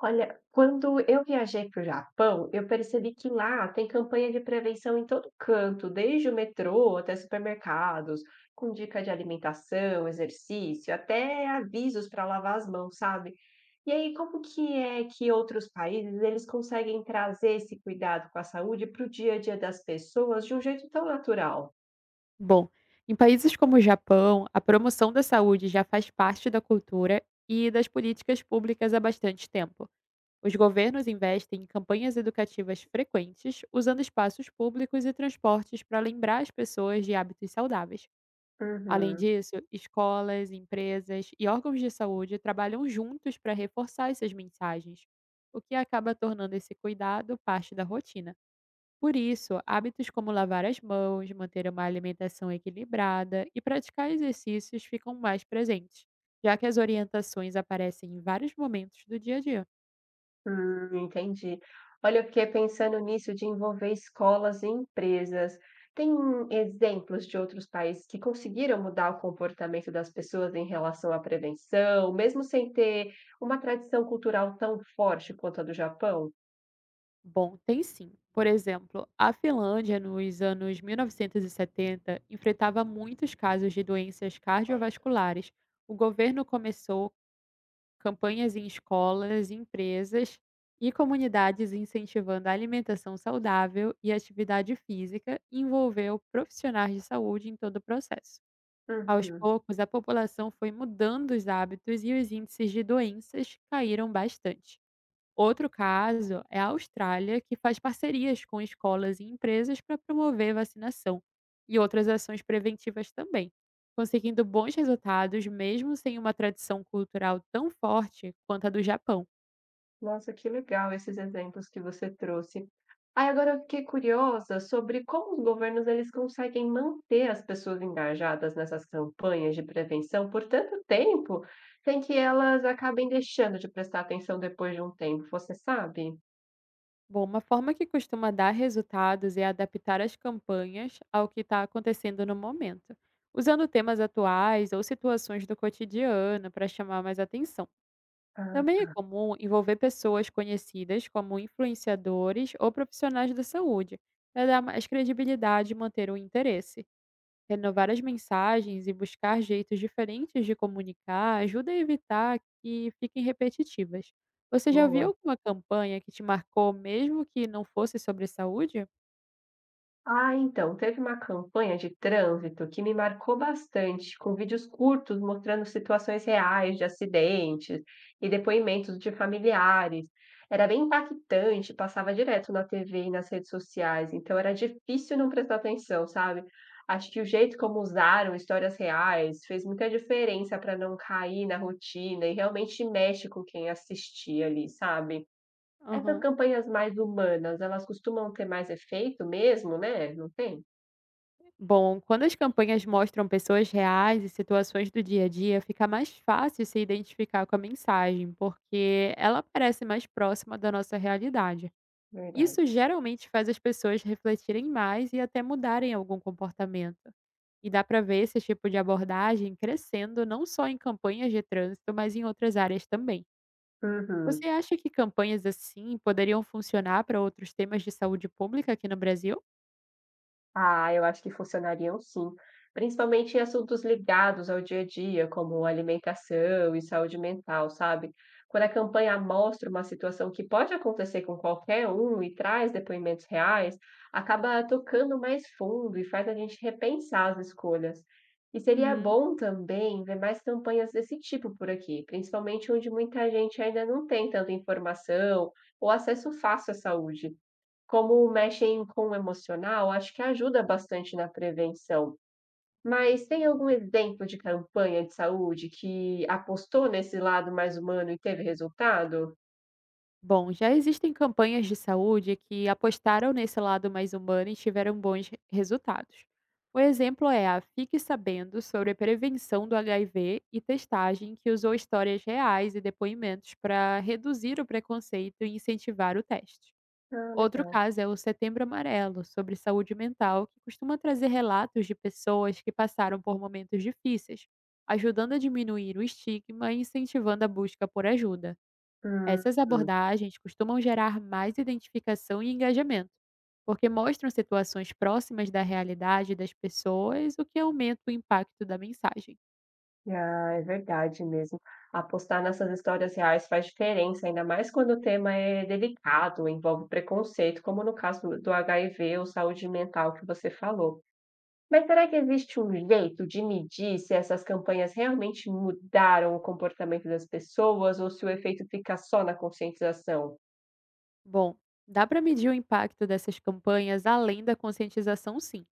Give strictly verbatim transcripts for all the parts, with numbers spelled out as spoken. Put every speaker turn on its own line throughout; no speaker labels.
Olha, quando eu viajei para o Japão, eu percebi que lá tem campanha de prevenção em todo canto, desde o metrô até supermercados, com dica de alimentação, exercício, até avisos para lavar as mãos, sabe? E aí, como que é que outros países eles conseguem trazer esse cuidado com a saúde para o dia a dia das pessoas de um jeito tão natural?
Bom, em países como o Japão, a promoção da saúde já faz parte da cultura e das políticas públicas há bastante tempo. Os governos investem em campanhas educativas frequentes, usando espaços públicos e transportes para lembrar as pessoas de hábitos saudáveis. Além
Uhum.
disso, escolas, empresas e órgãos de saúde trabalham juntos para reforçar essas mensagens, o que acaba tornando esse cuidado parte da rotina. Por isso, hábitos como lavar as mãos, manter uma alimentação equilibrada e praticar exercícios ficam mais presentes, já que as orientações aparecem em vários momentos do dia a dia.
Hum, entendi. Olha, eu fiquei pensando nisso de envolver escolas e empresas. Tem exemplos de outros países que conseguiram mudar o comportamento das pessoas em relação à prevenção, mesmo sem ter uma tradição cultural tão forte quanto a do Japão?
Bom, tem sim. Por exemplo, a Finlândia, nos anos mil novecentos e setenta, enfrentava muitos casos de doenças cardiovasculares. O governo começou campanhas em escolas, empresas e comunidades incentivando a alimentação saudável e atividade física e envolveu profissionais de saúde em todo o processo. Aos
Uhum.
poucos, a população foi mudando os hábitos e os índices de doenças caíram bastante. Outro caso é a Austrália, que faz parcerias com escolas e empresas para promover vacinação e outras ações preventivas também, conseguindo bons resultados mesmo sem uma tradição cultural tão forte quanto a do Japão.
Nossa, que legal esses exemplos que você trouxe. Aí agora eu fiquei curiosa sobre como os governos eles conseguem manter as pessoas engajadas nessas campanhas de prevenção por tanto tempo, sem que elas acabem deixando de prestar atenção depois de um tempo, você sabe?
Bom, uma forma que costuma dar resultados é adaptar as campanhas ao que está acontecendo no momento, usando temas atuais ou situações do cotidiano para chamar mais atenção. Também
Ah,
é comum envolver pessoas conhecidas como influenciadores ou profissionais da saúde, para dar mais credibilidade e manter o interesse. Renovar as mensagens e buscar jeitos diferentes de comunicar ajuda a evitar que fiquem repetitivas. Você já viu
boa.
alguma campanha que te marcou mesmo que não fosse sobre saúde?
Ah, então, teve uma campanha de trânsito que me marcou bastante, com vídeos curtos mostrando situações reais de acidentes e depoimentos de familiares. Era bem impactante, passava direto na T V e nas redes sociais, então era difícil não prestar atenção, sabe? Acho que o jeito como usaram histórias reais fez muita diferença para não cair na rotina e realmente mexe com quem assistia ali, sabe? Essas
Aham.
campanhas mais humanas, elas costumam ter mais efeito mesmo, né, não tem?
Bom, quando as campanhas mostram pessoas reais e situações do dia a dia, fica mais fácil se identificar com a mensagem, porque ela parece mais próxima da nossa realidade.
Verdade.
Isso geralmente faz as pessoas refletirem mais e até mudarem algum comportamento. E dá para ver esse tipo de abordagem crescendo não só em campanhas de trânsito, mas em outras áreas também. Você
Uhum.
acha que campanhas assim poderiam funcionar para outros temas de saúde pública aqui no Brasil?
Ah, eu acho que funcionariam sim, principalmente em assuntos ligados ao dia a dia, como alimentação e saúde mental, sabe? Quando a campanha mostra uma situação que pode acontecer com qualquer um e traz depoimentos reais, acaba tocando mais fundo e faz a gente repensar as escolhas. E seria
Uhum.
bom também ver mais campanhas desse tipo por aqui, principalmente onde muita gente ainda não tem tanta informação ou acesso fácil à saúde. Como mexem com o emocional, acho que ajuda bastante na prevenção. Mas tem algum exemplo de campanha de saúde que apostou nesse lado mais humano e teve resultado?
Bom, já existem campanhas de saúde que apostaram nesse lado mais humano e tiveram bons re- resultados. O exemplo é a Fique Sabendo sobre a prevenção do agá i vê e testagem, que usou histórias reais e depoimentos para reduzir o preconceito e incentivar o teste.
Ah,
Outro
legal.
caso é o Setembro Amarelo, sobre saúde mental, que costuma trazer relatos de pessoas que passaram por momentos difíceis, ajudando a diminuir o estigma e incentivando a busca por ajuda.
Hum,
Essas abordagens costumam gerar mais identificação e engajamento, porque mostram situações próximas da realidade das pessoas, o que aumenta o impacto da mensagem.
ah, é verdade mesmo. Apostar nessas histórias reais faz diferença, ainda mais quando o tema é delicado, envolve preconceito, como no caso do H I V ou saúde mental que você falou. Mas será que existe um jeito de medir se essas campanhas realmente mudaram o comportamento das pessoas ou se o efeito fica só na conscientização?
Bom, dá para medir o impacto dessas campanhas além da conscientização, sim.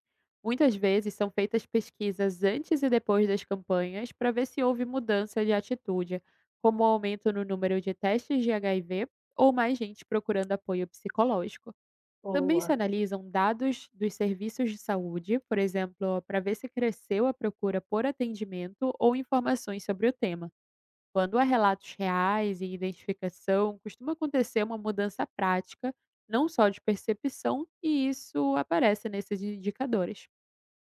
Muitas vezes são feitas pesquisas antes e depois das campanhas para ver se houve mudança de atitude, como o aumento no número de testes de agá i vê ou mais gente procurando apoio psicológico. Também se
Boa.
analisam dados dos serviços de saúde, por exemplo, para ver se cresceu a procura por atendimento ou informações sobre o tema. Quando há relatos reais e identificação, costuma acontecer uma mudança prática, não só de percepção, e isso aparece nesses indicadores.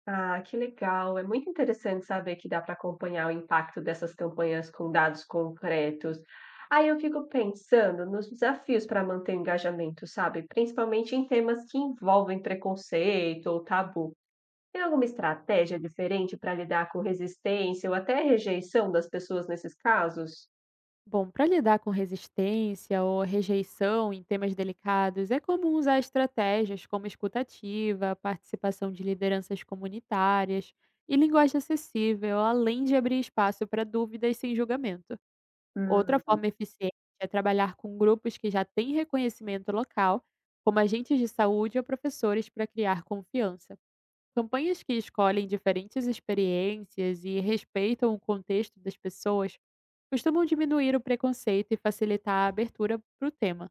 Ah, que legal. É muito interessante saber que dá para acompanhar o impacto dessas campanhas com dados concretos. Aí eu fico pensando nos desafios para manter o engajamento, sabe? Principalmente em temas que envolvem preconceito ou tabu. Tem alguma estratégia diferente para lidar com resistência ou até rejeição das pessoas nesses casos?
Bom, para lidar com resistência ou rejeição em temas delicados, é comum usar estratégias como escutativa, participação de lideranças comunitárias e linguagem acessível, além de abrir espaço para dúvidas sem julgamento. Outra
Hum,
forma eficiente é trabalhar com grupos que já têm reconhecimento local, como agentes de saúde ou professores, para criar confiança. Campanhas que escolhem diferentes experiências e respeitam o contexto das pessoas costumam diminuir o preconceito e facilitar a abertura para o tema.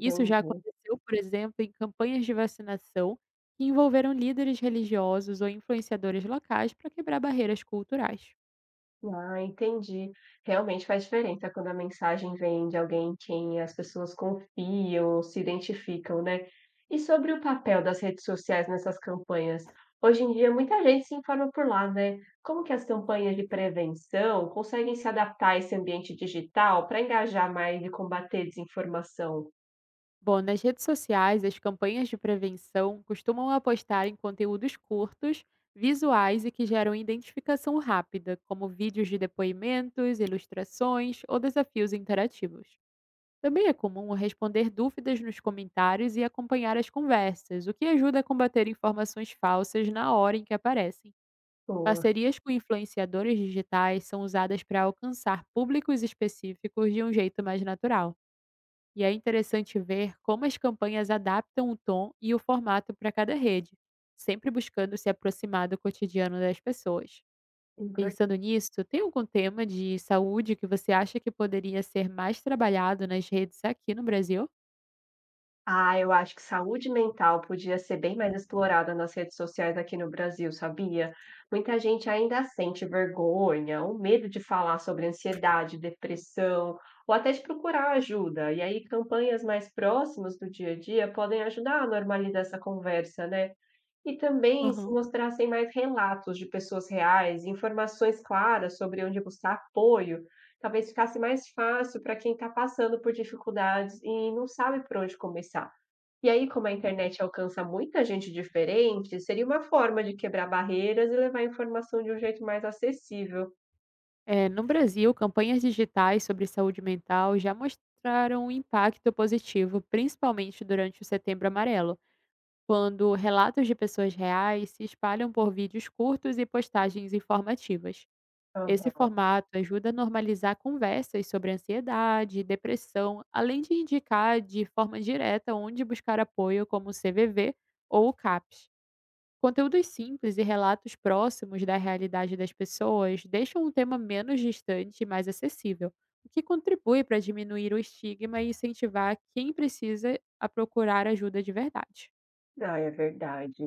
Isso já aconteceu, por exemplo, em campanhas de vacinação que envolveram líderes religiosos ou influenciadores locais para quebrar barreiras culturais.
Ah, entendi. Realmente faz diferença quando a mensagem vem de alguém em quem as pessoas confiam se identificam, né. E sobre o papel das redes sociais nessas campanhas? Hoje em dia muita gente se informa por lá, né. Como que as campanhas de prevenção conseguem se adaptar a esse ambiente digital para engajar mais e combater desinformação?
Bom, nas redes sociais, as campanhas de prevenção costumam apostar em conteúdos curtos, visuais e que geram identificação rápida, como vídeos de depoimentos, ilustrações ou desafios interativos. Também é comum responder dúvidas nos comentários e acompanhar as conversas, o que ajuda a combater informações falsas na hora em que aparecem.
Boa.
Parcerias com influenciadores digitais são usadas para alcançar públicos específicos de um jeito mais natural. E é interessante ver como as campanhas adaptam o tom e o formato para cada rede, sempre buscando se aproximar do cotidiano das pessoas.
Importante.
Pensando nisso, tem algum tema de saúde que você acha que poderia ser mais trabalhado nas redes aqui no Brasil?
Ah, eu acho que saúde mental podia ser bem mais explorada nas redes sociais aqui no Brasil, sabia? Muita gente ainda sente vergonha ou medo de falar sobre ansiedade, depressão, ou até de procurar ajuda. E aí, campanhas mais próximas do dia a dia podem ajudar a normalizar essa conversa, né? E também se
Aham.
mostrassem mais relatos de pessoas reais, informações claras sobre onde buscar apoio, talvez ficasse mais fácil para quem está passando por dificuldades e não sabe por onde começar. E aí, como a
Uhum.
internet alcança muita gente diferente, seria uma forma de quebrar barreiras e levar a informação de um jeito mais acessível.
É, no Brasil, campanhas digitais sobre saúde mental já mostraram um impacto positivo, principalmente durante o Setembro Amarelo, quando relatos de pessoas reais se espalham por vídeos curtos e postagens informativas. Esse
Aham.
formato ajuda a normalizar conversas sobre ansiedade depressão, além de indicar de forma direta onde buscar apoio, como o cê vê vê ou o CAPS. Conteúdos simples e relatos próximos da realidade das pessoas deixam o tema menos distante e mais acessível, o que contribui para diminuir o estigma e incentivar quem precisa a procurar ajuda de verdade.
Ah, é verdade.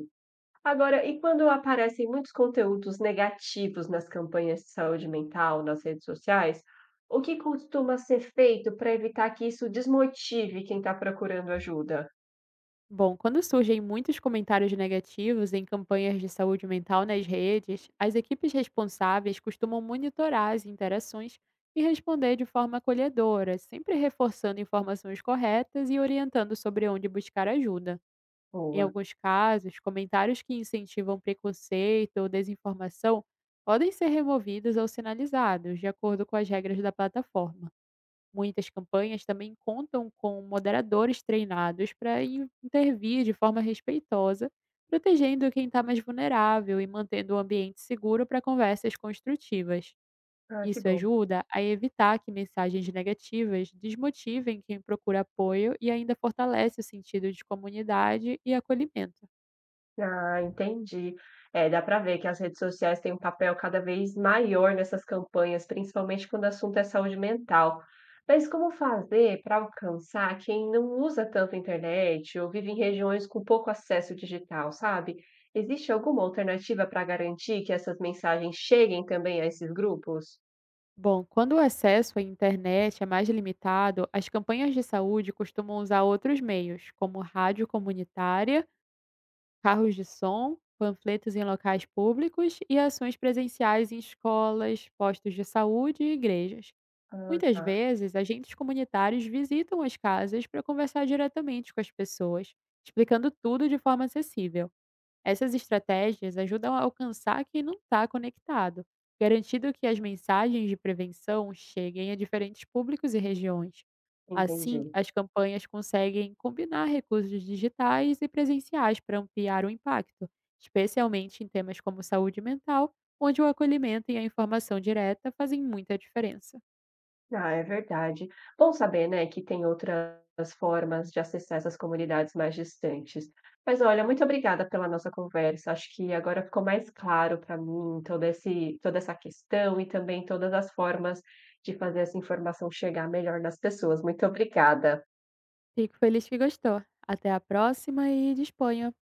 Agora, e quando aparecem muitos conteúdos negativos nas campanhas de saúde mental, nas redes sociais, o que costuma ser feito para evitar que isso desmotive quem está procurando ajuda?
Bom, quando surgem muitos comentários negativos em campanhas de saúde mental nas redes, as equipes responsáveis costumam monitorar as interações e responder de forma acolhedora, sempre reforçando informações corretas e orientando sobre onde buscar ajuda. Em
Boa.
alguns casos, comentários que incentivam preconceito ou desinformação podem ser removidos ou sinalizados, de acordo com as regras da plataforma. Muitas campanhas também contam com moderadores treinados para intervir de forma respeitosa, protegendo quem está mais vulnerável e mantendo o ambiente seguro para conversas construtivas.
Ah, que
Isso
bom.
ajuda a evitar que mensagens negativas desmotivem quem procura apoio e ainda fortalece o sentido de comunidade e acolhimento.
Ah, entendi. É, dá para ver que as redes sociais têm um papel cada vez maior nessas campanhas, principalmente quando o assunto é saúde mental. Mas como fazer para alcançar quem não usa tanto a internet ou vive em regiões com pouco acesso digital, sabe? Existe alguma alternativa para garantir que essas mensagens cheguem também a esses grupos?
Bom, quando o acesso à internet é mais limitado, as campanhas de saúde costumam usar outros meios, como rádio comunitária carros de som, panfletos em locais públicos e ações presenciais em escolas, postos de saúde e igrejas.
Ah,
Muitas
tá,
vezes, agentes comunitários visitam as casas para conversar diretamente com as pessoas, explicando tudo de forma acessível. Essas estratégias ajudam a alcançar quem não está conectado, garantindo que as mensagens de prevenção cheguem a diferentes públicos e regiões. Assim,
entendi.
as campanhas conseguem combinar recursos digitais e presenciais para ampliar o impacto, especialmente em temas como saúde mental, onde o acolhimento e a informação direta fazem muita diferença.
Ah, é verdade. Bom saber, né, que tem outras formas de acessar essas comunidades mais distantes. Mas olha, muito obrigada pela nossa conversa. Acho que agora ficou mais claro para mim todo esse, toda essa questão e também todas as formas de fazer essa informação chegar melhor nas pessoas. Muito obrigada.
Fico feliz que gostou. Até a próxima e disponha.